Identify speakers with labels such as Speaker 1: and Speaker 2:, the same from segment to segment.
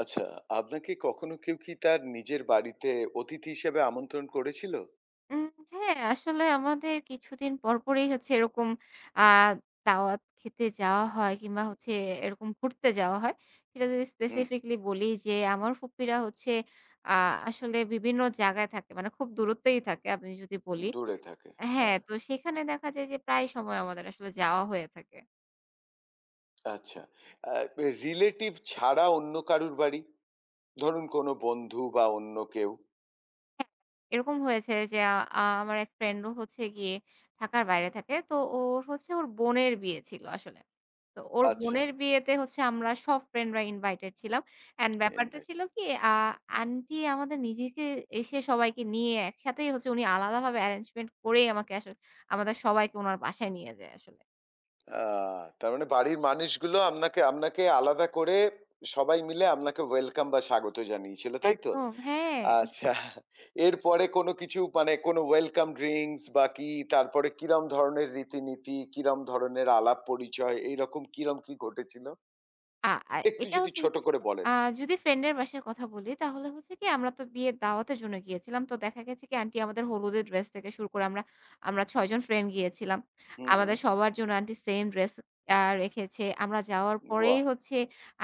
Speaker 1: আচ্ছা, আপনাকে কখনো কেউ কি তার নিজের বাড়িতে অতিথি হিসেবে আমন্ত্রণ করেছিল?
Speaker 2: উম হ্যাঁ, আসলে আমাদের কিছুদিন পরপরই হচ্ছে এরকম আ দাওয়াত খেতে যাওয়া হয় কিংবা হচ্ছে এরকম ঘুরতে যাওয়া হয়। সেটা যদি
Speaker 1: হুম।
Speaker 2: স্পেসিফিকলি বলি যে আমার ফুপ্পিরা হচ্ছে আ আসলে বিভিন্ন জায়গায় থাকে। মানে খুব দূরত্বেই থাকে আমি যদি বলি।
Speaker 1: দূরে থাকে।
Speaker 2: হ্যাঁ,
Speaker 1: হ্যাঁ,
Speaker 2: তো সেখানে দেখা যায় যে প্রায় সময় আমাদের আসলে যাওয়া হয়ে থাকে।
Speaker 1: আচ্ছা। আ রিলেটিভ ছাড়া অন্য কারুর বাড়ি? ধরুন কোনো বন্ধু বা অন্য কেউ?
Speaker 2: এরকম হয়েছে যে আ আ- আমার এক ফ্রেন্ড ও হচ্ছে গিয়ে ঢাকার বাইরে থাকে। তো ওর হচ্ছে ওর বোনের বিয়ে ছিল আসলে। তো ওর
Speaker 1: আচ্ছা,
Speaker 2: বোনের বিয়েতে হচ্ছে আমরা সব ফ্রেন্ডরা ইনভাইটেড ছিলাম। অ্যান্ড ব্যাপারটা ছিল
Speaker 1: ইনভাইটেড।
Speaker 2: কি আ আন্টি আমাদের নিজেকে এসে সবাইকে নিয়ে একসাথেই হচ্ছে উনি আলাদাভাবে অ্যারেঞ্জমেন্ট করেই আমাকে আসলে আমাদের সবাইকে উনার বাসায় নিয়ে যায় আসলে।
Speaker 1: আ তার মানে বাড়ির মানুষগুলো আপনাকে আপনাকে আলাদা করে সবাই মিলে আপনাকে ওয়েলকাম বা স্বাগত জানিয়েছিল, তাই তো?
Speaker 2: একদম হ্যাঁ।
Speaker 1: আচ্ছা। এরপরে কোনো কিছু মানে কোনো ওয়েলকাম ড্রিংকস বা কি তারপরে কিরম ধরনের রীতিনীতি, কিরম ধরনের আলাপ পরিচয় এইরকম কিরম কি ঘটেছিল?
Speaker 2: আ আ
Speaker 1: একটু
Speaker 2: এটা
Speaker 1: যদি
Speaker 2: হচ্ছে
Speaker 1: ছোট করে বলেন।
Speaker 2: আ যদি ফ্রেন্ডের বাসার কথা বলি, তাহলে হচ্ছে কি আমরা তো বিয়ের দাওয়াতের জন্য গিয়েছিলাম। তো দেখা গেছে কি আন্টি আমাদের হলুদের ড্রেস থেকে শুরু করে আমরা আমরা ৬ জন ফ্রেন্ড গিয়েছিলাম।
Speaker 1: হুম, হুম।
Speaker 2: আমাদের সবার জন্য আন্টি সেম ড্রেস রেখেছে। আমরা যাওয়ার
Speaker 1: বাহ!
Speaker 2: পরেই হচ্ছে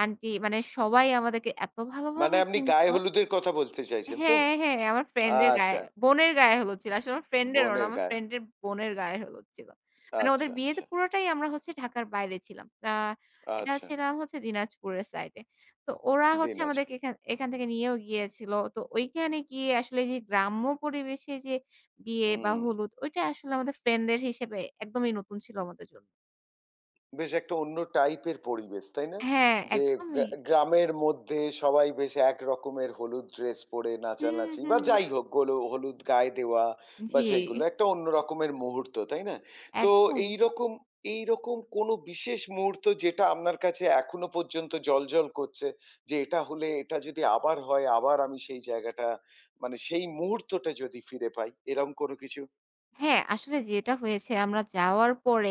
Speaker 2: আন্টি মানে সবাই আমাদেরকে এত
Speaker 1: মানে
Speaker 2: ভালোভাবে
Speaker 1: আপনি
Speaker 2: চিনত।
Speaker 1: গায়ে হলুদের কথা বলতে চাইছেন তো?
Speaker 2: হ্যাঁ, হ্যাঁ, আমার ফ্রেন্ডের গায়ে
Speaker 1: আচ্ছা,
Speaker 2: বোনের গায়ে হলুদ ছিল। আসলে আমার ফ্রেন্ডেরও না,
Speaker 1: বোনের
Speaker 2: আমার
Speaker 1: গায়ে হলুদ।
Speaker 2: ফ্রেন্ডের বোনের গায়ে হলুদ ছিল। মানে ওদের
Speaker 1: আচ্ছা,
Speaker 2: বিয়েতে
Speaker 1: আচ্ছা,
Speaker 2: পুরোটাই আমরা হচ্ছে ঢাকার বাইরে ছিলাম। এটা
Speaker 1: আচ্ছা।
Speaker 2: ছিলাম হচ্ছে দিনাজপুরের সাইডে। তো ওরা হচ্ছে আমাদেরকে
Speaker 1: দিনাজপুর।
Speaker 2: এখান এখান থেকে নিয়েও গিয়েছিল। তো ওইখানে গিয়ে আসলে যে গ্রাম্য পরিবেশে যে বিয়ে বা
Speaker 1: হুম।
Speaker 2: হলুদ, ওইটা আসলে আমাদের ফ্রেন্ডদের হিসেবে একদমই নতুন ছিল আমাদের জন্য।
Speaker 1: বেশ একটা অন্য টাইপের পরিবেশ, তাই না?
Speaker 2: হ্যাঁ,
Speaker 1: যে গ্রা
Speaker 2: একদমই।
Speaker 1: গ্রামের মধ্যে সবাই বেশ একরকমের হলুদ ড্রেস পরে
Speaker 2: হুম,
Speaker 1: নাচানাচি বা
Speaker 2: হুম।
Speaker 1: যাই হোক হলো হলুদ গায়ে দেওয়া বা
Speaker 2: জি,
Speaker 1: সেগুলো একটা অন্য রকমের মুহূর্ত, তাই না? তো
Speaker 2: একদম।
Speaker 1: এইরকম এইরকম কোনো বিশেষ মুহূর্ত যেটা আপনার কাছে এখনো পর্যন্ত জ্বলজ্বল করছে যে এটা হলে এটা যদি আবার হয় আবার আমি সেই জায়গাটা মানে সেই মুহূর্তটা যদি ফিরে পাই এরকম কোনো কিছু?
Speaker 2: হ্যাঁ, আসলে যেটা হয়েছে আমরা যাওয়ার পরে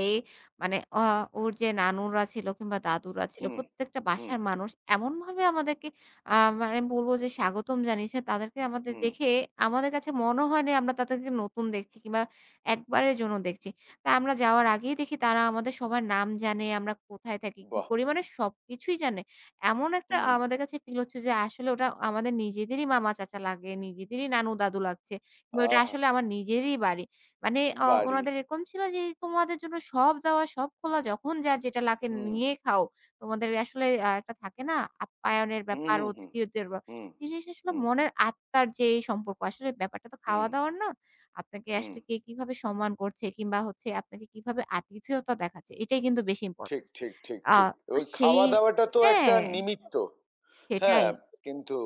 Speaker 2: মানে ওর যে নানুরা ছিল কিংবা দাদুরা ছিল
Speaker 1: হুম,
Speaker 2: প্রত্যেকটা
Speaker 1: হুম,
Speaker 2: বাসার মানুষ এমনভাবে আমাদেরকে আ মানে বলব যে স্বাগতম জানিয়েছে তাদেরকে আমাদের
Speaker 1: হুম,
Speaker 2: দেখে আমাদের কাছে মনে হয়নি আমরা তাদেরকে নতুন দেখছি কিংবা একবারের জন্য দেখছি। তা আমরা যাওয়ার আগেই দেখি তারা আমাদের সবার নাম জানে, আমরা কোথায় থাকি, কি
Speaker 1: বাহ!
Speaker 2: করি মানে সবকিছুই জানে। এমন একটা
Speaker 1: হুম,
Speaker 2: আমাদের কাছে ফিল হচ্ছে যে আসলে ওটা আমাদের নিজেদেরই মামা চাচা লাগে, নিজেদেরই নানু দাদু লাগছে। কিংবা ওটা
Speaker 1: আহা!
Speaker 2: আসলে আমার নিজেরই বাড়ি। মানে
Speaker 1: বাড়ি।
Speaker 2: উনাদের এরকম ছিল যে, "তোমাদের জন্য সব দেওয়া, সব খোলা, যখন যার যেটা লাগে
Speaker 1: হুম।
Speaker 2: নিয়ে খাও। তোমাদের আসলে একটা থাকে না আপ্যায়নের
Speaker 1: হুম,
Speaker 2: ব্যাপার,
Speaker 1: হুম, হুম,
Speaker 2: অতিথিয়তের ব্যাপার।"
Speaker 1: হুম,
Speaker 2: জিনিস আসলে
Speaker 1: হুম,
Speaker 2: মনের আত্মার যে এই সম্পর্ক, আসলে ব্যাপারটা তো
Speaker 1: হুম,
Speaker 2: খাওয়া-দাওয়ার না। আপনাকে
Speaker 1: হুম।
Speaker 2: আসলে কে কিভাবে সম্মান করছে কিংবা হচ্ছে আপনাকে কিভাবে আতিথেয়তা দেখাচ্ছে, এটাই কিন্তু বেশি
Speaker 1: ঠিক,
Speaker 2: ইম্পোর্টেন্ট।
Speaker 1: ঠিক, ঠিক,
Speaker 2: আ
Speaker 1: ঠিক।
Speaker 2: তো
Speaker 1: ওই
Speaker 2: সেই
Speaker 1: খাওয়া-দাওয়াটা তো একটা
Speaker 2: হ্যাঁ,
Speaker 1: নিমিত্ত। হ্যাঁ,
Speaker 2: সেটাই,
Speaker 1: কিন্তু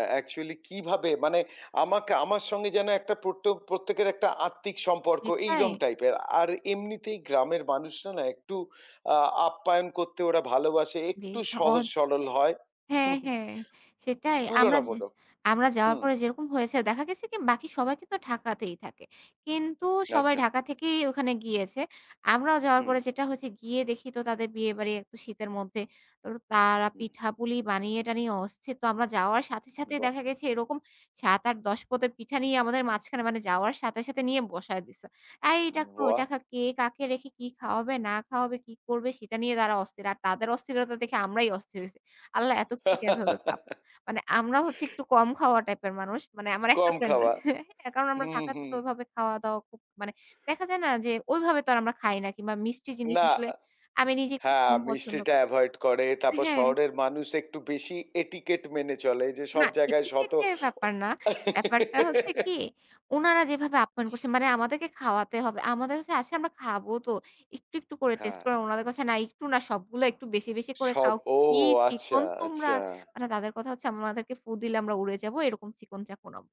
Speaker 1: অ্যাকচুয়ালি কিভাবে মানে আমাকে আমার সঙ্গে যেন একটা প্রত্যেকের একটা আত্মিক সম্পর্ক
Speaker 2: সেটাই।
Speaker 1: এইরম টাইপের। আর এমনিতেই গ্রামের মানুষরা না একটু আ আপ্যায়ন করতে ওরা ভালোবাসে। একটু
Speaker 2: বেশ অ
Speaker 1: সহজ সরল হয়।
Speaker 2: হ্যাঁ,
Speaker 1: হুম,
Speaker 2: হ্যাঁ। সেটাই।
Speaker 1: তুলনামূলক।
Speaker 2: আমরা যাওয়ার
Speaker 1: হুম,
Speaker 2: পরে যেরকম হয়েছে, দেখা গেছে কি বাকি সবাই কিন্তু ঢাকাতেই থাকে। কিন্তু সবাই
Speaker 1: আচ্ছা।
Speaker 2: ঢাকা থেকেই ওখানে গিয়েছে। আমরাও যাওয়ার
Speaker 1: হুম,
Speaker 2: পরে যেটা হয়েছে গিয়ে দেখি তো তাদের বিয়েবাড়ি এত শীতের মধ্যে। তো তারা
Speaker 1: হুম।
Speaker 2: পিঠাপুলি বানিয়ে টানিয়ে অস্থির। তো আমরা যাওয়ার সাথে, সাথেই
Speaker 1: বাহ!
Speaker 2: দেখা গেছে এরকম ৭, ৮, ১০ পদের পিঠা নিয়ে আমাদের মাঝখানে মানে যাওয়ার সাথে, সাথে নিয়ে বসায় দিছে। "এই এটা খা,
Speaker 1: বাহ!
Speaker 2: ওইটা খা।" কে কাকে রেখে কি খাওয়াবে, না খাওয়াবে, কি করবে সেটা নিয়ে তারা অস্থির। আর তাদের অস্থিরতা দেখে আমরাই অস্থির হইছি। আল্লাহ এত কিছু এভাবে খাবো। মানে আমরা হচ্ছি একটু কম খাওয়া টাইপের মানুষ। মানে আমার একটা
Speaker 1: কম
Speaker 2: ফ্রেন্ড
Speaker 1: খাওয়া।
Speaker 2: হ্যাঁ, কারণ আমরা
Speaker 1: হুম,
Speaker 2: ঢাকাতে
Speaker 1: হুম।
Speaker 2: তো ওইভাবে খাওয়া-দাওয়া খুব মানে দেখা যায় না যে ওইভাবে তো আর আমরা খাই না কিংবা মিষ্টি জিনিস
Speaker 1: না,
Speaker 2: আসলে আমি নিজে খুব
Speaker 1: হ্যাঁ,
Speaker 2: কম পছন্দ
Speaker 1: মিষ্টিটা
Speaker 2: করি
Speaker 1: এভয়েড করে। তারপর
Speaker 2: হ্যাঁ।
Speaker 1: শহরের মানুষ একটু বেশি এটিকেট মেনে চলে যে সব
Speaker 2: না
Speaker 1: জায়গায় শত
Speaker 2: etiquette এর ব্যাপার না। ব্যাপারটা হচ্ছে কি, উনারা যেভাবে আপ্যায়ন করছে মানে আমাদেরকে খাওয়াতে হবে। আমাদের কাছে আছে আমরা খাবো তো। একটু করে
Speaker 1: হ্যাঁ,
Speaker 2: টেস্ট করে উনাদের কাছে না একটু না সবগুলো একটু বেশি করে
Speaker 1: সব
Speaker 2: খাও।
Speaker 1: ও
Speaker 2: কি
Speaker 1: আচ্ছা,
Speaker 2: চিকন তোমরা?
Speaker 1: আচ্ছা।
Speaker 2: মানে তাদের কথা হচ্ছে আমাদেরকে ফু দিলে আমরা উড়ে যাবো এরকম চিকন চাকন আমরা।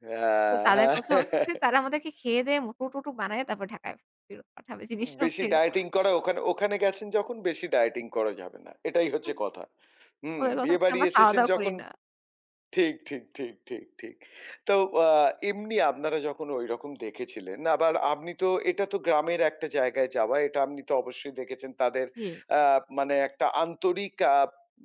Speaker 2: তো
Speaker 1: হ্যাঁ,
Speaker 2: তাদের
Speaker 1: হ্যাঁ।
Speaker 2: কথা হচ্ছে তারা আমাদেরকে খেয়ে দেয়ে মোটু-টোটু বানায় তারপর ঢাকায় ফেরত পাঠাবে। জিনিসটা
Speaker 1: বেশি
Speaker 2: হচ্ছে এরকম।
Speaker 1: ডায়েটিং করা ওখানে ওখানে গেছেন যখন বেশি ডায়েটিং করা যাবে না। এটাই হচ্ছে কথা। হুম,
Speaker 2: ওদের কথা হচ্ছে
Speaker 1: বিয়েবাড়ি
Speaker 2: আমরা
Speaker 1: এসেছেন
Speaker 2: খাওয়া-দাওয়া করি
Speaker 1: যখন
Speaker 2: না।
Speaker 1: ঠিক, ঠিক, ঠিক, ঠিক, ঠিক। তো আ এমনি আপনারা যখন ঐরকম দেখেছিলেন, আবার আপনি তো এটা তো গ্রামের একটা জায়গায় যাওয়া। এটা আপনি তো অবশ্যই দেখেছেন তাদের
Speaker 2: জি।
Speaker 1: আ মানে একটা আন্তরিক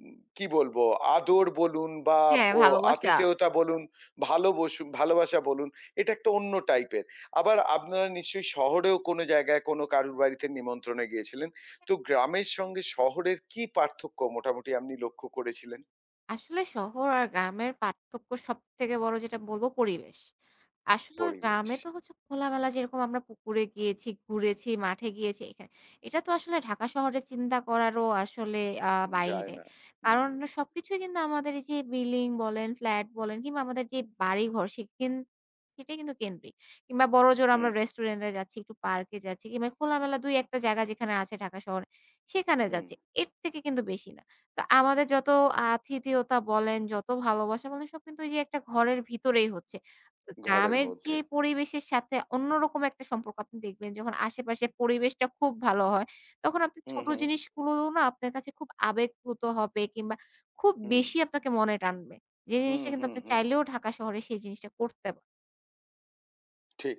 Speaker 1: কি বলবো? আদর বলুন বা
Speaker 2: হ্যাঁ,
Speaker 1: ও
Speaker 2: ভালোবাসা।
Speaker 1: আতিথেয়তা বলুন, ভালোবাসা বলুন, এটা একটা অন্য টাইপের। আবার আপনারা নিশ্চয়ই শহরেও কোনো জায়গায় কোনো কারুর বাড়িতে নিমন্ত্রণে গিয়েছিলেন। তো গ্রামের সঙ্গে শহরের কি পার্থক্য মোটামুটি আপনি লক্ষ্য করেছিলেন?
Speaker 2: আসলে শহর আর গ্রামের পার্থক্য সবথেকে বড় যেটা বলব পরিবেশ। আসলে
Speaker 1: পরিবেশ।
Speaker 2: গ্রামে তো হচ্ছে খোলামেলা যেরকম আমরা পুকুরে গিয়েছি, ঘুরেছি, মাঠে গিয়েছি এখানে। এটা তো আসলে ঢাকা শহরে চিন্তা করারও আসলে
Speaker 1: যায়
Speaker 2: বাইরে।
Speaker 1: না।
Speaker 2: কারণ
Speaker 1: হুম,
Speaker 2: সবকিছুই কিন্তু আমাদের এই যে বিল্ডিং বলেন, ফ্ল্যাট বলেন কিংবা আমাদের যে বাড়িঘর সেখান সেটাই কিন্তু কেন্দ্রিক। কিংবা বড়জোর
Speaker 1: হুম,
Speaker 2: আমরা রেস্টুরেন্টে যাচ্ছি, একটু পার্কে যাচ্ছি কিংবা খোলামেলা ২-১ টা জায়গা যেখানে আছে ঢাকা শহরে, সেখানে
Speaker 1: হুম।
Speaker 2: যাচ্ছি। এর থেকে কিন্তু বেশি না। তো আমাদের যত আতিথেয়তা বলেন, যত ভালোবাসা বলেন সব কিন্তু ওই যে একটা ঘরের ভিতরেই হচ্ছে। তো
Speaker 1: ঘরের
Speaker 2: গ্রামের যে
Speaker 1: মধ্যেই।
Speaker 2: পরিবেশের সাথে অন্যরকম একটা সম্পর্ক আপনি দেখবেন যখন আশেপাশের পরিবেশটা খুব ভালো হয়, তখন আপনি
Speaker 1: হুম,
Speaker 2: ছোট
Speaker 1: হুম,
Speaker 2: জিনিসগুলোও না আপনার কাছে খুব আবেগপ্লুত হবে কিংবা খুব
Speaker 1: হুম,
Speaker 2: বেশি আপনাকে মনে টানবে। যে
Speaker 1: হুম,
Speaker 2: জিনিসটা কিন্তু
Speaker 1: হুম,
Speaker 2: আপনি
Speaker 1: হুম।
Speaker 2: চাইলেও ঢাকা শহরে সেই জিনিসটা করতে
Speaker 1: ঠিক।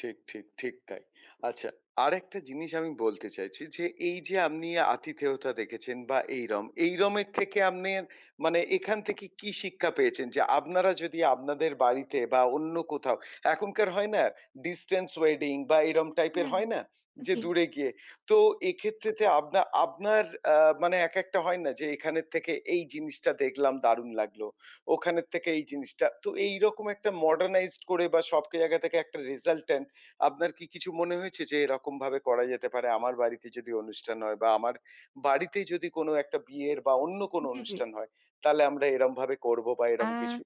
Speaker 1: ঠিক, ঠিক, ঠিক তাই। আচ্ছা, আরেকটা জিনিস আমি বলতে চাইছি যে, এই যে আপনি আতিথেয়তা দেখেছেন বা এইরম, এইরমের থেকে আপনের মানে এখান থেকে কি শিক্ষা পেয়েছেন? যে আপনারা যদি আপনাদের বাড়িতে বা অন্য কোথাও এখনকার হয় না distance wedding বা এরম টাইপের
Speaker 2: হুম,
Speaker 1: হয় না? যে
Speaker 2: জি,
Speaker 1: দূরে গিয়ে। তো এক্ষেত্রেতে আপনার আ মানে একেকটা হয় না যে এখানের থেকে এই জিনিসটা দেখলাম দারুণ লাগলো। ওখানের থেকে এই জিনিসটা। তো এইরকম একটা modernized করে বা সব জায়গা থেকে একটা রেজাল্ট আপনার কি কিছু মনে হয়েছে যে এরকমভাবে করা যেতে পারে? আমার বাড়িতে যদি অনুষ্ঠান হয় বা আমার বাড়িতে যদি কোনো একটা বিয়ের বা অন্য কোনো
Speaker 2: জি, জি।
Speaker 1: অনুষ্ঠান হয়, তাহলে আমরা এরমভাবে করব বা
Speaker 2: আ
Speaker 1: এরম কিছু?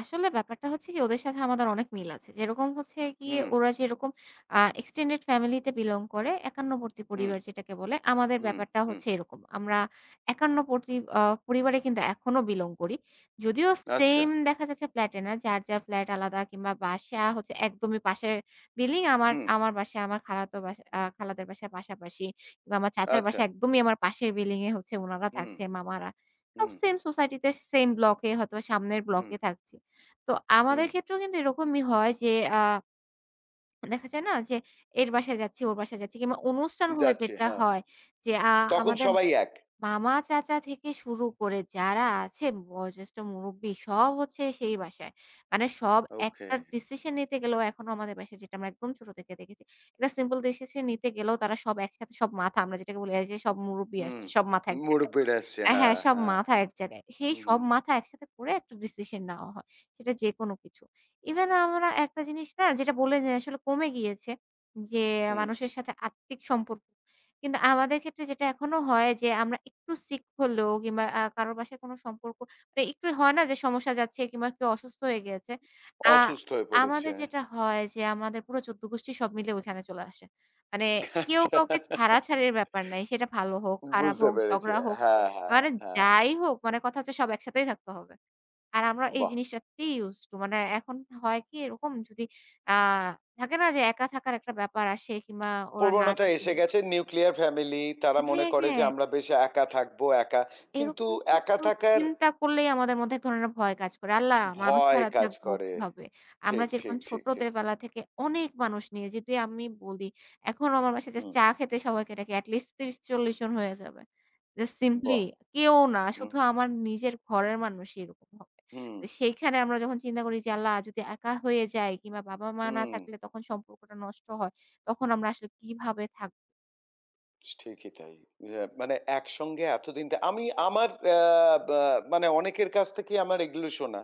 Speaker 2: আসলে ব্যাপারটা হচ্ছে কি ওদের সাথে আমাদের অনেক মিল আছে। যেরকম হচ্ছে গিয়ে
Speaker 1: হুম,
Speaker 2: ওরা যেরকম extended family তে belong করে, একান্নবর্তী
Speaker 1: হুম,
Speaker 2: পরিবার যেটাকে বলে, আমাদের
Speaker 1: হুম,
Speaker 2: ব্যাপারটা
Speaker 1: হুম।
Speaker 2: হচ্ছে এরকম। আমরা একান্নবর্তী পরিবারে কিন্তু এখনো belong করি। যদিও
Speaker 1: আচ্ছা,
Speaker 2: same দেখা যাচ্ছে ফ্ল্যাটে না, যার ফ্ল্যাট আলাদা কিংবা বাসা হচ্ছে একদমই পাশের বিল্ডিং। আমার
Speaker 1: হুম,
Speaker 2: আমার বাসা আমার খালাতো বাসা খালাদের বাসার পাশাপাশি কিংবা আমার চাচার
Speaker 1: আচ্ছা,
Speaker 2: বাসা একদমই আমার পাশের বিল্ডিং এ হচ্ছে উনারা
Speaker 1: হুম,
Speaker 2: থাকছে, মামারা। সব
Speaker 1: হুম,
Speaker 2: সেম সোসাইটিতে, সেম ব্লকে হয়তো সামনের
Speaker 1: হুম,
Speaker 2: ব্লকে থাকছি। তো
Speaker 1: হুম।
Speaker 2: আমাদের ক্ষেত্রেও কিন্তু এরকমই হয় যে আ দেখা যায় না যে এর বাসায় যাচ্ছি, ওর বাসায় যাচ্ছি কিংবা অনুষ্ঠান হলে
Speaker 1: যাচ্ছি,
Speaker 2: যেটা
Speaker 1: হ্যাঁ।
Speaker 2: হয় যে
Speaker 1: তখন
Speaker 2: আমাদের
Speaker 1: সবাই এক।
Speaker 2: মামা, চাচা থেকে শুরু করে যারা আছে বয়োজ্যেষ্ঠ মুরুব্বি সব হচ্ছে সেই বাসায়। মানে সব
Speaker 1: ওকে,
Speaker 2: একটা ডিসিশন নিতে গেলেও এখনো আমাদের বাসায় যেটা আমরা একদম ছোট থেকে দেখেছি। একটা সিম্পল ডিসিশন নিতে গেলেও তারা সব একসাথে সব মাথা আমরা যেটাকে বলি এই যে সব মুরুব্বি
Speaker 1: হুম।
Speaker 2: আসছে সব মাথা এক জায়গায়।
Speaker 1: মুরব্বিরা আসছে।
Speaker 2: অ্যা হ্যাঁ,
Speaker 1: হ্যাঁ,
Speaker 2: সব
Speaker 1: হ্যাঁ।
Speaker 2: মাথা এক জায়গায়। সেই সব
Speaker 1: হুম,
Speaker 2: মাথা একসাথে করে একটা ডিসিশন নেওয়া হয়। সেটা যেকোনো কিছু। ইভেন আমরা একটা জিনিস না যেটা বললেন যে আসলে কমে গিয়েছে যে
Speaker 1: হুম।
Speaker 2: মানুষের সাথে আত্মিক সম্পর্ক। কিন্তু আমাদের ক্ষেত্রে যেটা এখনো হয় যে আমরা একটু সিক হলেও কিংবা কারো বাসায় কোনো সম্পর্ক মানে একটু হয় না যে সমস্যা যাচ্ছে কিংবা কেউ অসুস্থ হয়ে গিয়েছে। আ
Speaker 1: অসুস্থ হয়ে পড়েছে।
Speaker 2: আমাদের যেটা হয় যে আমাদের পুরো ১৪ গোষ্ঠী সব মিলে ওইখানে চলে আসে। মানে কেউ
Speaker 1: আচ্ছা
Speaker 2: কাউকে ছাড়াছাড়ির ব্যাপার নাই। সেটা ভালো হোক, খারাপ
Speaker 1: বুঝতে
Speaker 2: হোক,
Speaker 1: পেরেছি।
Speaker 2: ঝগড়া হোক
Speaker 1: হ্যাঁ, হ্যাঁ,
Speaker 2: মানে
Speaker 1: হ্যাঁ।
Speaker 2: যাই হোক, মানে কথা হচ্ছে সব একসাথেই থাকতে হবে। আর আমরা এই
Speaker 1: বাহ!
Speaker 2: জিনিসটাতেই used to মানে এখন হয় কি এরকম যদি আ থাকে না যে একা থাকার একটা ব্যাপার আসে কিংবা ওরা না
Speaker 1: প্রবণতা
Speaker 2: থাকে
Speaker 1: এসে গেছে নিউক্লিয়ার ফ্যামিলি। তারা মনে
Speaker 2: হ্যাঁ,
Speaker 1: করে যে
Speaker 2: হ্যাঁ।
Speaker 1: আমরা বেশ একা থাকবো, একা। কিন্তু
Speaker 2: এরকম
Speaker 1: একা
Speaker 2: কিছু
Speaker 1: থাকার
Speaker 2: চিন্তা করলেই আমাদের মধ্যে এক ধরনের ভয় কাজ করে। আল্লাহ! মানুষ
Speaker 1: ভয়
Speaker 2: ছাড়া
Speaker 1: কাজ
Speaker 2: থাকবো
Speaker 1: করে।
Speaker 2: কিভাবে? আমরা
Speaker 1: ঠিক,
Speaker 2: যেরকম
Speaker 1: ঠিক, ঠিক, ঠিক।
Speaker 2: ছোটবেলা থেকে অনেক মানুষ নিয়ে যদি আমি বলি, এখনো আমার বাসায় জাস্ট
Speaker 1: হুম,
Speaker 2: চা খেতে সবাইকে ডাকি এটলিস্ট ৩০-৪০ জন হয়ে যাবে। জাস্ট সিম্পলি
Speaker 1: বাহ!
Speaker 2: কেউ না,
Speaker 1: হুম,
Speaker 2: শুধু আমার নিজের ঘরের মানুষই এরকম হবে।
Speaker 1: হুম,
Speaker 2: তো সেইখানে আমরা যখন চিন্তা করি যে, আল্লাহ! যদি একা হয়ে যাই কিংবা বাবা-মা না
Speaker 1: হুম।
Speaker 2: থাকলে তখন সম্পর্কটা নষ্ট হয়। তখন আমরা আসলে কিভাবে থাকবো?
Speaker 1: ঠিকই তাই। ইয়া মানে একসঙ্গে এতদিন তা আমি আমার আ বা মানে অনেকের কাছ থেকেই আমার এগুলো শোনা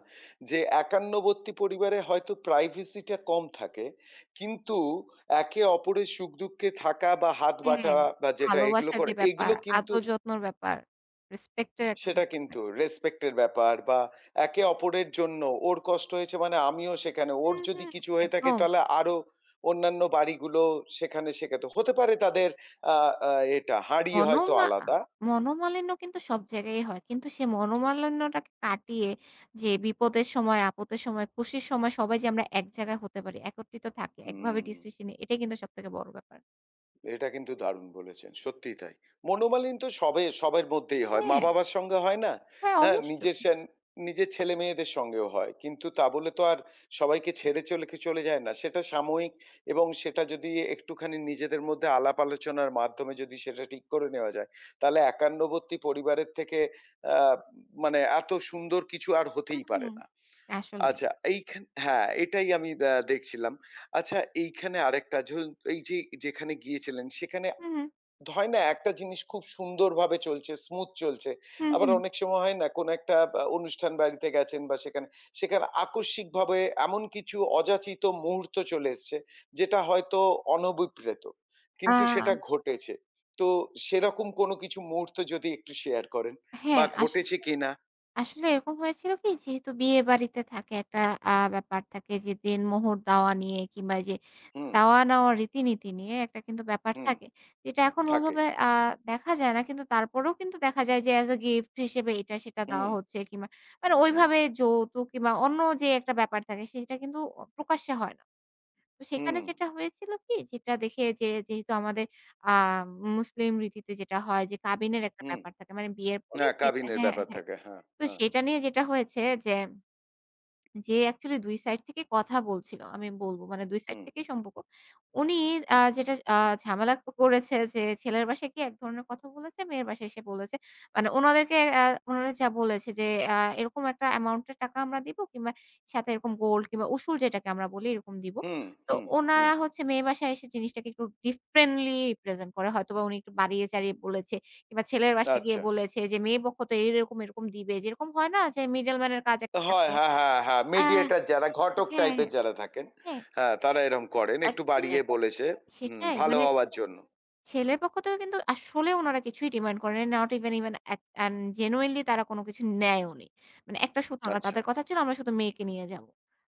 Speaker 1: যে একান্নবর্তী পরিবারে হয়তো privacy টা কম থাকে। কিন্তু একে অপরের সুখ-দুঃখে থাকা বা হাত বাঁটা
Speaker 2: হ্যাঁ,
Speaker 1: বা যেটা এগুলো
Speaker 2: ভালোবাসার
Speaker 1: করে,
Speaker 2: যে
Speaker 1: এগুলো
Speaker 2: ব্যাপার,
Speaker 1: কিন্তু
Speaker 2: আদর যত্নর ব্যাপার, রেসপেক্ট এর একটা
Speaker 1: সেটা
Speaker 2: ব্যাপার
Speaker 1: কিন্তু
Speaker 2: থাকে।
Speaker 1: রেসপেক্টের ব্যাপার বা একে অপরের জন্য ওর কষ্ট হয়েছে মানে আমিও সেখানে ওর
Speaker 2: হ্যাঁ,
Speaker 1: যদি
Speaker 2: হ্যাঁ,
Speaker 1: কিছু হয়ে থাকে
Speaker 2: একদম।
Speaker 1: তাহলে আরো অন্যান্য বাড়িগুলো সেখানে শেখাতো হতে পারে তাদের আ আ এটা হাঁড়ি হয়তো
Speaker 2: মনোমা আ
Speaker 1: আলাদা।
Speaker 2: মনোমালিন্য কিন্তু সব জায়গায়ই হয়। কিন্তু সে মনোমালিন্যটাকে কাটিয়ে যে বিপদের সময়, আপদের সময়, খুশির সময় সবাই যে আমরা এক জায়গায় হতে পারি, একত্রিত থাকি, একভাবে
Speaker 1: হুম।
Speaker 2: ডিসিশন নিই, এটাই কিন্তু সবথেকে বড় ব্যাপার।
Speaker 1: এটা কিন্তু দারুণ বলেছেন। সত্যিই তাই। মনোমালিন্য তো সবার মধ্যেই হয়।
Speaker 2: হ্যাঁ,
Speaker 1: মা-বাবার সঙ্গে হয় না?
Speaker 2: হ্যাঁ
Speaker 1: হ্যাঁ?
Speaker 2: অবশ্যই।
Speaker 1: নিজের ছেলে-মেয়েদের সঙ্গেও হয়। কিন্তু তা বলে তো আর সবাইকে ছেড়ে চলে যায় না। সেটা সাময়িক এবং সেটা যদি একটুখানি নিজেদের মধ্যে আলাপ আলোচনার মাধ্যমে যদি সেটা ঠিক করে নেওয়া যায়, তাহলে একান্নবর্তী পরিবারের থেকে আ মানে এত সুন্দর কিছু আর হতেই
Speaker 2: হুম,
Speaker 1: পারে
Speaker 2: হুম।
Speaker 1: না।
Speaker 2: আসলেই।
Speaker 1: আচ্ছা হ্যাঁ, এটাই আমি দেখছিলাম। আচ্ছা এইখানে আরেকটা ঝুল এই যে যেখানে গিয়েছিলেন সেখানে
Speaker 2: হুম, হুম।
Speaker 1: হয় না একটা জিনিস খুব সুন্দরভাবে চলছে, স্মুথ চলছে।
Speaker 2: হুম,
Speaker 1: আবার
Speaker 2: হুম।
Speaker 1: অনেক সময় হয় না কোনো একটা অনুষ্ঠান বাড়িতে গেছেন বা সেখানে, সেখানে আকস্মিকভাবে এমন কিছু অযাচিত মুহূর্ত চলে এসছে যেটা হয়তো অনভিপ্রেত।
Speaker 2: আ
Speaker 1: কিন্তু সেটা ঘটেছে। তো সেরকম কোনো কিছু মুহূর্ত যদি একটু শেয়ার করেন বা
Speaker 2: হ্যাঁ, আস
Speaker 1: ঘটেছে কিনা?
Speaker 2: আসলে এরকম হয়েছিল কি? যেহেতু বিয়েবাড়িতে থাকে একটা ব্যাপার থাকে যে দেনমোহর দেওয়া নিয়ে কিংবা এইযে
Speaker 1: হুম,
Speaker 2: দেওয়া নেওয়ার রীতিনীতি নিয়ে একটা কিন্তু ব্যাপার
Speaker 1: হুম,
Speaker 2: থাকে। যেটা এখন
Speaker 1: থাকে।
Speaker 2: ওইভাবে দেখা যায় না। কিন্তু তারপরেও কিন্তু দেখা যায় যে as a gift হিসেবে এটা সেটা দেওয়া
Speaker 1: হুম,
Speaker 2: হচ্ছে কিংবা মানে
Speaker 1: হুম।
Speaker 2: ওইভাবে যৌতুক কিংবা অন্য যে একটা ব্যাপার থাকে সেটা কিন্তু প্রকাশ্যে হয় না। তো
Speaker 1: হুম,
Speaker 2: সেখানে যেটা হয়েছিল কি? যেটা দেখে যে যেহেতু আমাদের আ মুসলিম রীতিতে যেটা হয় যে কাবিনের একটা
Speaker 1: হুম।
Speaker 2: ব্যাপার থাকে। মানে বিয়ের পরে
Speaker 1: না
Speaker 2: যে একটা-
Speaker 1: কাবিনের
Speaker 2: হ্যাঁ,
Speaker 1: ব্যাপার
Speaker 2: হ্যাঁ।
Speaker 1: থাকে। হ্যাঁ,
Speaker 2: তো
Speaker 1: হ্যাঁ।
Speaker 2: সেটা নিয়ে যেটা হয়েছে যে যে অ্যাকচুয়ালি ২ সাইড থেকে কথা বলছিল। আমি বলবো মানে ২ সাইড
Speaker 1: হুম,
Speaker 2: থেকেই সম্পর্ক। উনি
Speaker 1: হুম,
Speaker 2: যেটা আ ঝামেলা ক করেছে যে ছেলের বাসায় গিয়ে এক ধরনের কথা বলেছে, মেয়ের বাসায় এসে বলেছে। মানে উনাদেরকে উনারা যা বলেছে যে এরকম একটা অ্যামাউন্ট এর টাকা আমরা দিব কিংবা সাথে এরকম গোল্ড কিংবা উসুল যেটাকে আমরা বলি এরকম দিব।
Speaker 1: হুম,
Speaker 2: তো
Speaker 1: হুম, হুম।
Speaker 2: উনারা হচ্ছে মেয়ে বাসায় এসে জিনিসটাকে একটু ডিফারেন্টলি রিপ্রেজেন্ট করে। হয়তোবা উনি একটু বাড়িয়ে চাড়িয়ে বলেছে কিংবা ছেলের বাসায় গিয়ে
Speaker 1: আচ্ছা।
Speaker 2: বলেছে যে মেয়ে পক্ষ তো এরকম দিবে। যেরকম হয় না যে মিডল ম্যান এর কাজ একটা
Speaker 1: হয়,
Speaker 2: থাকে।
Speaker 1: হ্যাঁ, হ্যাঁ, হ্যাঁ।
Speaker 2: আ
Speaker 1: মিডিয়েটর যারা ঘটক
Speaker 2: হ্যাঁ, হ্যাঁ,
Speaker 1: টাইপের যারা থাকেন,
Speaker 2: হ্যাঁ।
Speaker 1: হ্যাঁ, তারা এরকম করেন। একটু
Speaker 2: অ্যাকচুয়ালি
Speaker 1: বাড়িয়ে বলেছে হুম,
Speaker 2: সেটাই
Speaker 1: ভালো
Speaker 2: মানে
Speaker 1: হওয়ার জন্য।
Speaker 2: ছেলের পক্ষ থেকেও কিন্তু আসলে উনারা কিছুই ডিমান্ড করে নাই। নট ইভেন, ইভেন এক অ্যান্ড জেনুইনলি তারা কোন কিছু নেয়ওনি। মানে একটা সুতাও না।
Speaker 1: আচ্ছা,
Speaker 2: তাদের কথা ছিল আমরা শুধু মেয়েকে নিয়ে যাব।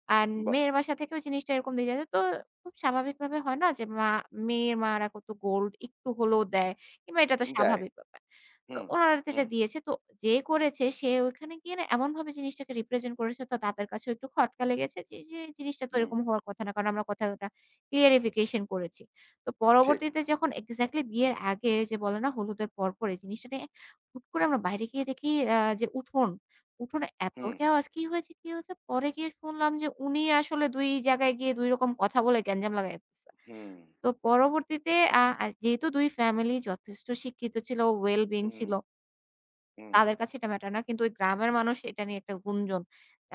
Speaker 2: অ্যান্ড
Speaker 1: বাহ!
Speaker 2: মেয়ের বাসা থেকেও জিনিসটা এরকম দিয়ে যায়। তো খুব স্বাভাবিকভাবে হয় না যে মেয়ের মারা কত গোল্ড একটু হলেও দেয় কিংবা এটা তো
Speaker 1: দেয়।
Speaker 2: স্বাভাবিক ব্যাপার। তো
Speaker 1: হুম,
Speaker 2: উনারা তো এটা
Speaker 1: হুম,
Speaker 2: দিয়েছে। তো যে করেছে সে ওইখানে গিয়ে না এমনভাবে জিনিসটাকে রিপ্রেজেন্ট করেছে তো তাদের কাছেও একটু খটকা লেগেছে যে, যে জিনিসটা তো
Speaker 1: হুম।
Speaker 2: এরকম হওয়ার কথা না। কারণ আমরা কথাটা ক্লিয়ারিফিকেশন করেছি। তো
Speaker 1: ঠিক।
Speaker 2: পরবর্তীতে যখন এক্সাক্টলি বিয়ের আগে যে বলে না হলুদের পরপর এই জিনিসটা নিয়ে হুট করে আমরা বাইরে গিয়ে দেখি আ যে উঠোন, উঠোনে এত
Speaker 1: হুম,
Speaker 2: কেওয়াজ কি হয়েছে, কি হয়েছে? পরে গিয়ে শুনলাম যে উনি আসলে ২ জায়গায় গিয়ে ২ রকম কথা বলে গ্যাঞ্জাম লাগায় ফেলছে।
Speaker 1: হুম,
Speaker 2: তো পরবর্তীতে আ আ যেহেতু ২ ফ্যামিলি যথেষ্ট শিক্ষিত ছিল, ওয়েল বিইং
Speaker 1: হুম,
Speaker 2: ছিল।
Speaker 1: হুম।
Speaker 2: তাদের কাছে এটা ম্যাটার না। কিন্তু ওই গ্রামের মানুষ এটা নিয়ে একটা গুঞ্জন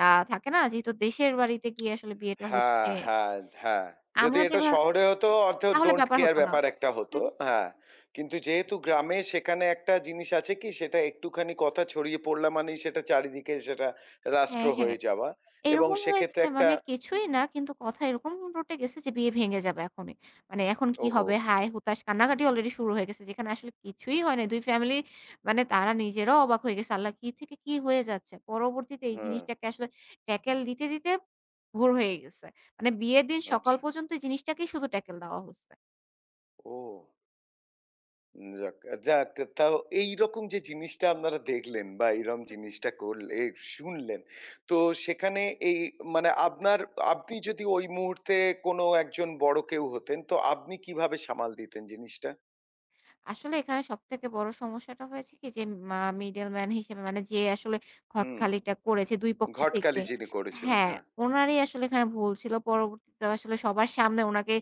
Speaker 2: আ থাকে না? যেহেতু দেশের বাড়িতে গিয়ে আসলে বিয়েটা
Speaker 1: হ্যাঁ,
Speaker 2: হচ্ছে।
Speaker 1: হ্যাঁ, হ্যাঁ। যদি
Speaker 2: আমরা
Speaker 1: এটা
Speaker 2: যেভা
Speaker 1: শহরে হতো অর্থ
Speaker 2: তাহলে
Speaker 1: ডোন্ট
Speaker 2: ব্যাপার
Speaker 1: কেয়ার
Speaker 2: হতো না।
Speaker 1: ব্যাপার একটা হতো।
Speaker 2: হুম,
Speaker 1: হ্যাঁ। কিন্তু যেহেতু গ্রামে সেখানে একটা জিনিস আছে কি সেটা একটুখানি কথা ছড়িয়ে পড়লা মানেই সেটা চারিদিকে সেটা রাষ্ট্র
Speaker 2: হ্যাঁ, হ্যাঁ।
Speaker 1: হয়ে যাওয়া এবং
Speaker 2: এরকম
Speaker 1: সেক্ষেত্রে
Speaker 2: হয়েছে
Speaker 1: একটা
Speaker 2: মানে কিছুই
Speaker 1: হুম,
Speaker 2: না কিন্তু কথা এরকম রটে গেছে যে বিয়ে ভেঙে যাবে এখনই। মানে এখন কি
Speaker 1: ওহো!
Speaker 2: হবে? হায় হুতাশ কান্নাকাটি অলরেডি শুরু হয়ে গেছে। যেখানে আসলে কিছুই হয় নাই। ২ ফ্যামিলি মানে তারা নিজেরাও অবাক হয়ে গেছে। আল্লাহ কি থেকে কি হয়ে যাচ্ছে? পরবর্তীতে এই
Speaker 1: হ্যাঁ,
Speaker 2: জিনিসটাকে আসলে ট্যাকেল দিতে, ভোর হয়ে গেছে। মানে বিয়ের দিন সকাল
Speaker 1: আচ্ছা।
Speaker 2: পর্যন্ত এই জিনিসটাকেই শুধু ট্যাকেল দেওয়া হইছে।
Speaker 1: ও! যাক, যাক তাও এইরকম যে জিনিসটা আপনারা দেখলেন বা এইরকম জিনিসটা করলে শুনলেন, তো সেখানে এই মানে আপনার আপনি যদি ওই মুহূর্তে কোনো একজন বড় কেউ হতেন, তো আপনি কিভাবে সামাল দিতেন জিনিসটা?
Speaker 2: আসলে এখানে সবথেকে বড় সমস্যাটা হয়েছে কি যে মিডলম্যান হিসেবে মানে যে আসলে
Speaker 1: হুম,
Speaker 2: খটখালিটা করেছে ২ পক্ষ থেকে
Speaker 1: ঘটকালি যিনি করেছিলেন।
Speaker 2: হ্যাঁ,
Speaker 1: হ্যাঁ।
Speaker 2: উনারই আসলে এখানে ভুল ছিল। পরবর্তীতে আসলে সবার সামনে উনাকে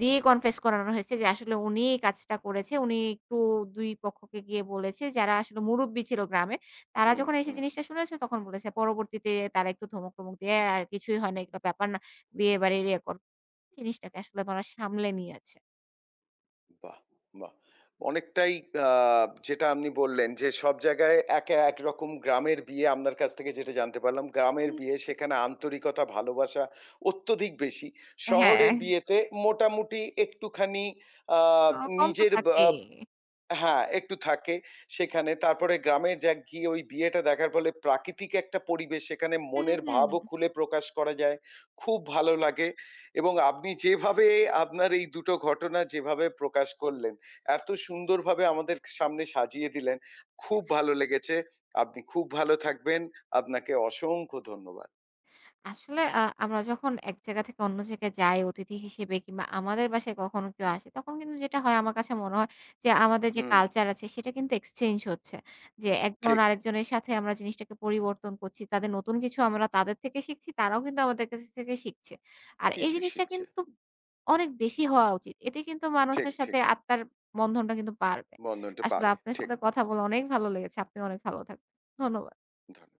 Speaker 2: দিয়ে কনফেস করানো হয়েছে যে আসলে উনিই এই কাজটা করেছে। উনি একটু ২ পক্ষকে গিয়ে বলেছে যারা আসলে মুরুব্বি ছিল গ্রামের। তারা
Speaker 1: হুম,
Speaker 2: যখন এসে
Speaker 1: হুম।
Speaker 2: জিনিসটা শুনেছে তখন বলেছে। পরবর্তীতে তারা একটু ধমক-টমক দিয়ে "আর কিছুই হয় না, এগুলো ব্যাপার না। বিয়ে বাড়ির রেকর্ড।" জিনিসটাকে আসলে তারা সামলে নিয়েছে।
Speaker 1: বাহ! বাহ! অনেকটাই আ যেটা আপনি বললেন যে, সব জায়গায় একা একরকম গ্রামের বিয়ে আপনার কাছ থেকে যেটা জানতে পারলাম, গ্রামের বিয়ে সেখানে আন্তরিকতা, ভালোবাসা অত্যধিক বেশি।
Speaker 2: হ্যাঁ।
Speaker 1: শহরের বিয়েতে মোটামুটি একটুখানি আ
Speaker 2: কম তো
Speaker 1: নিজের বা
Speaker 2: থাকে।
Speaker 1: হ্যাঁ, একটু থাকে সেখানে। তারপরে গ্রামে যা গিয়ে ওই বিয়েটা দেখার ফলে প্রাকৃতিক একটা পরিবেশ সেখানে
Speaker 2: হুম,
Speaker 1: মনের
Speaker 2: হুম।
Speaker 1: ভাবও খুলে প্রকাশ করা যায়। খুব ভালো লাগে এবং আপনি যেভাবে আপনার এই দুটো ঘটনা যেভাবে প্রকাশ করলেন, এত সুন্দরভাবে আমাদের সামনে সাজিয়ে দিলেন। খুব ভালো লেগেছে। আপনি খুব ভালো থাকবেন। আপনাকে অসংখ্য ধন্যবাদ।
Speaker 2: আসলে আমরা যখন এক জায়গা থেকে অন্য জায়গায় যাই অতিথি হিসেবে কিংবা আমাদের বাসায় কখনো কেউ আসে তখন কিন্তু যেটা হয় আমার কাছে মনে হয় যে আমাদের যে
Speaker 1: হুম,
Speaker 2: কালচার আছে সেটা কিন্তু এক্সচেঞ্জ হচ্ছে। যে একজন
Speaker 1: ঠিক।
Speaker 2: আরেকজনের সাথে আমরা জিনিসটাকে পরিবর্তন করছি। তাদের নতুন কিছু আমরা তাদের থেকে শিখছি, তারাও কিন্তু আমাদের কাছ থেকে শিখছে। আর এই
Speaker 1: কিছু
Speaker 2: জিনিসটা
Speaker 1: শিখছে।
Speaker 2: কিন্তু অনেক বেশি হওয়া উচিত। এতে কিন্তু
Speaker 1: ঠিক,
Speaker 2: মানুষের
Speaker 1: ঠিক।
Speaker 2: সাথে আত্মার বন্ধনটা কিন্তু বাড়বে।
Speaker 1: বন্ধনটা
Speaker 2: আসলে
Speaker 1: বাড়ে।
Speaker 2: আপনার
Speaker 1: ঠিক।
Speaker 2: সাথে কথা বলে অনেক ভালো লেগেছে। আপনি অনেক ভালো থাকবেন। ধন্যবাদ।
Speaker 1: ধন্যবাদ।